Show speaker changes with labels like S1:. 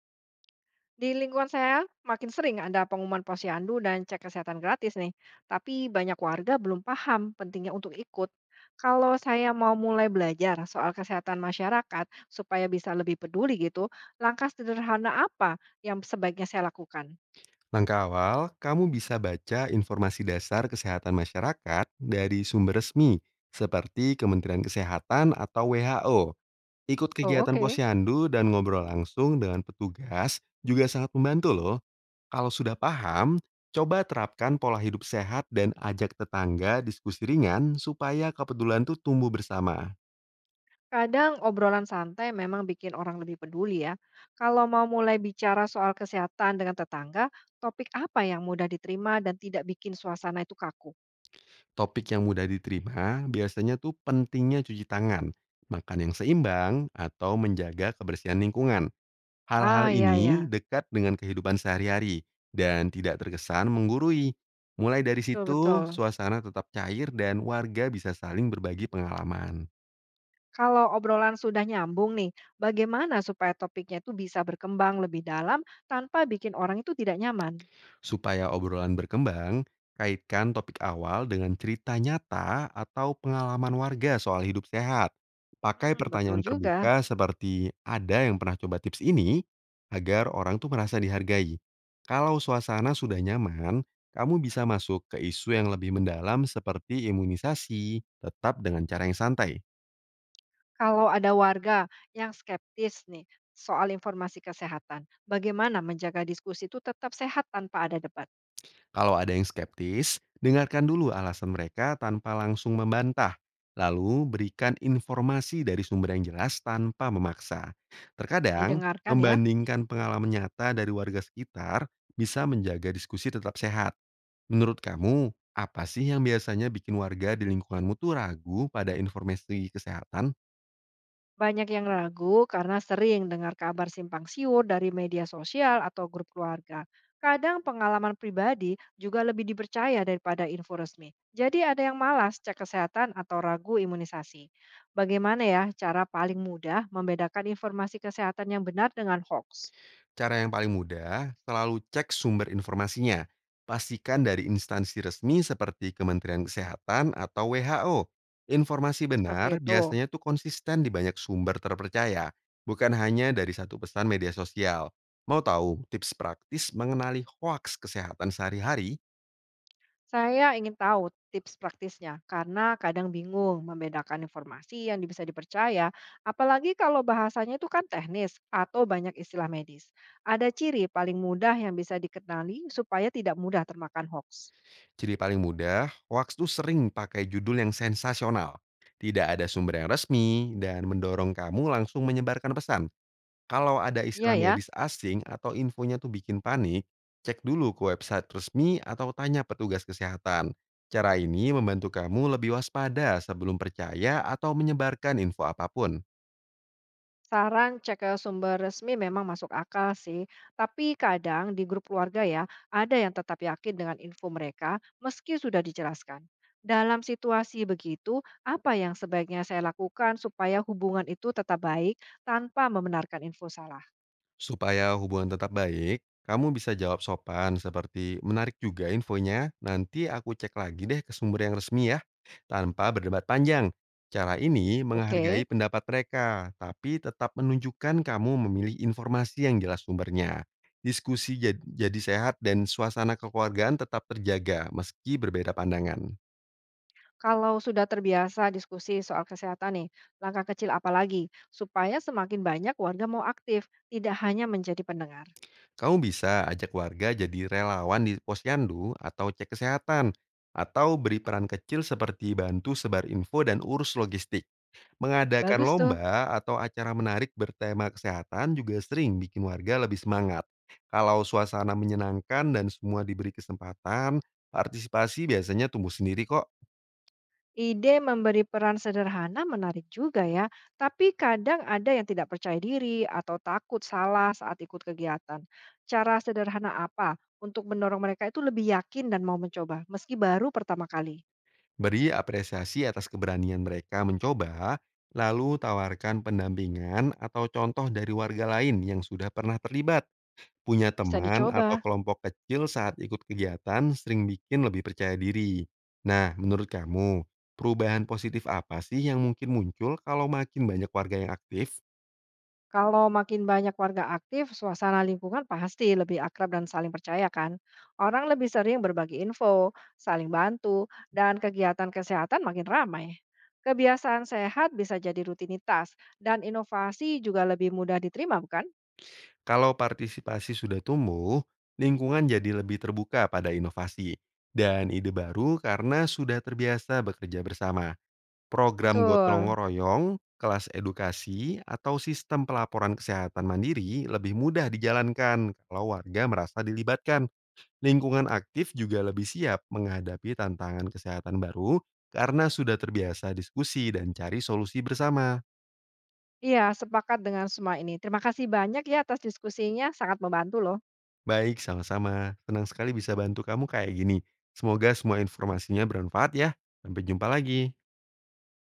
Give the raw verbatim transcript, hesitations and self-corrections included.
S1: Di lingkungan saya, makin sering ada pengumuman posyandu dan cek kesehatan gratis nih. Tapi banyak warga belum paham pentingnya untuk ikut. Kalau saya mau mulai belajar soal kesehatan masyarakat supaya bisa lebih peduli gitu, langkah sederhana apa yang sebaiknya saya lakukan?
S2: Langkah awal, kamu bisa baca informasi dasar kesehatan masyarakat dari sumber resmi seperti Kementerian Kesehatan atau W H O. Ikut
S1: Oh
S2: kegiatan
S1: oke,
S2: posyandu dan ngobrol langsung dengan petugas juga sangat membantu loh. Kalau sudah paham, coba terapkan pola hidup sehat dan ajak tetangga diskusi ringan supaya kepedulian tuh tumbuh bersama.
S1: kadang obrolan santai memang bikin orang lebih peduli ya. Kalau mau mulai bicara soal kesehatan dengan tetangga, topik apa yang mudah diterima dan tidak bikin suasana itu kaku?
S2: Topik yang mudah diterima biasanya tuh pentingnya cuci tangan, makan yang seimbang, atau menjaga kebersihan lingkungan. Hal-hal
S1: Ah ya
S2: ini
S1: ya,
S2: dekat dengan kehidupan sehari-hari dan tidak terkesan menggurui. Mulai dari
S1: betul
S2: situ,
S1: betul.
S2: suasana tetap cair dan warga bisa saling berbagi pengalaman.
S1: Kalau obrolan sudah nyambung nih, bagaimana supaya topiknya itu bisa berkembang lebih dalam tanpa bikin orang itu tidak nyaman?
S2: Supaya obrolan berkembang, kaitkan topik awal dengan cerita nyata atau pengalaman warga soal hidup sehat. Pakai
S1: Hmm, betul
S2: pertanyaan
S1: juga.
S2: terbuka seperti ada yang pernah coba tips ini agar orang tuh merasa dihargai. Kalau suasana sudah nyaman, kamu bisa masuk ke isu yang lebih mendalam seperti imunisasi, tetap dengan cara yang santai.
S1: Kalau ada warga yang skeptis nih soal informasi kesehatan, bagaimana menjaga diskusi itu tetap sehat tanpa ada debat?
S2: Kalau ada yang skeptis, dengarkan dulu alasan mereka tanpa langsung membantah. Lalu berikan informasi dari sumber yang jelas tanpa memaksa. Terkadang,
S1: Didengarkan ya.
S2: membandingkan pengalaman nyata dari warga sekitar bisa menjaga diskusi tetap sehat. Menurut kamu, apa sih yang biasanya bikin warga di lingkunganmu tuh ragu pada informasi kesehatan?
S1: Banyak yang ragu karena sering dengar kabar simpang siur dari media sosial atau grup keluarga. Kadang pengalaman pribadi juga lebih dipercaya daripada info resmi. Jadi ada yang malas cek kesehatan atau ragu imunisasi. Bagaimana ya cara paling mudah membedakan informasi kesehatan yang benar dengan hoax?
S2: Cara yang paling mudah, selalu cek sumber informasinya. Pastikan dari instansi resmi seperti Kementerian Kesehatan atau W H O. Informasi
S1: Seperti
S2: benar
S1: itu.
S2: biasanya tuh konsisten di banyak sumber terpercaya, bukan hanya dari satu pesan media sosial. Mau tahu tips praktis mengenali hoaks kesehatan sehari-hari?
S1: Saya ingin tahu tips praktisnya, karena kadang bingung membedakan informasi yang bisa dipercaya, apalagi kalau bahasanya itu kan teknis atau banyak istilah medis. Ada ciri paling mudah yang bisa dikenali supaya tidak mudah termakan hoax.
S2: Jadi paling mudah, hoaks tuh sering pakai judul yang sensasional. Tidak ada sumber yang resmi dan mendorong kamu langsung menyebarkan pesan. Kalau ada
S1: Iya
S2: istilah
S1: ya.
S2: medis asing atau infonya tuh bikin panik, cek dulu ke website resmi atau tanya petugas kesehatan. Cara ini membantu kamu lebih waspada sebelum percaya atau menyebarkan info apapun.
S1: Saran cek ke sumber resmi memang masuk akal sih, tapi kadang di grup keluarga ya, ada yang tetap yakin dengan info mereka meski sudah dijelaskan. Dalam situasi begitu, apa yang sebaiknya saya lakukan supaya hubungan itu tetap baik tanpa membenarkan info salah?
S2: Supaya hubungan tetap baik, kamu bisa jawab sopan seperti menarik juga infonya, nanti aku cek lagi deh ke sumber yang resmi ya, tanpa berdebat panjang. Cara ini
S1: Oke,
S2: menghargai pendapat mereka, tapi tetap menunjukkan kamu memilih informasi yang jelas sumbernya. Diskusi jad- jadi sehat dan suasana kekeluargaan tetap terjaga meski berbeda pandangan.
S1: kalau sudah terbiasa diskusi soal kesehatan nih, langkah kecil apa lagi supaya semakin banyak warga mau aktif, tidak hanya menjadi pendengar.
S2: Kamu bisa ajak warga jadi relawan di posyandu atau cek kesehatan, atau beri peran kecil seperti bantu sebar info dan urus logistik. Mengadakan
S1: Bagus tuh.
S2: lomba atau acara menarik bertema kesehatan juga sering bikin warga lebih semangat. Kalau suasana menyenangkan dan semua diberi kesempatan, partisipasi biasanya tumbuh sendiri kok.
S1: Ide memberi peran sederhana menarik juga ya, tapi kadang ada yang tidak percaya diri atau takut salah saat ikut kegiatan. Cara sederhana apa untuk mendorong mereka itu lebih yakin dan mau mencoba, meski baru pertama kali?
S2: Beri apresiasi atas keberanian mereka mencoba, lalu tawarkan pendampingan atau contoh dari warga lain yang sudah pernah terlibat. Punya
S1: Bisa
S2: teman atau
S1: dicoba.
S2: kelompok kecil saat ikut kegiatan sering bikin lebih percaya diri. Nah, menurut kamu, perubahan positif apa sih yang mungkin muncul kalau makin banyak warga yang aktif?
S1: Kalau makin banyak warga aktif, suasana lingkungan pasti lebih akrab dan saling percaya kan. Orang lebih sering berbagi info, saling bantu, dan kegiatan kesehatan makin ramai. Kebiasaan sehat bisa jadi rutinitas, dan inovasi juga lebih mudah diterima, bukan?
S2: Kalau partisipasi sudah tumbuh, lingkungan jadi lebih terbuka pada inovasi dan ide baru karena sudah terbiasa bekerja bersama. Program gotong
S1: Betul.
S2: royong, kelas edukasi, atau sistem pelaporan kesehatan mandiri lebih mudah dijalankan kalau warga merasa dilibatkan. Lingkungan aktif juga lebih siap menghadapi tantangan kesehatan baru karena sudah terbiasa diskusi dan cari solusi bersama.
S1: Iya, sepakat dengan semua ini. Terima kasih banyak ya atas diskusinya, sangat membantu loh.
S2: Baik, sama-sama. Senang sekali bisa bantu kamu kayak gini. Semoga semua informasinya bermanfaat ya. Sampai jumpa lagi.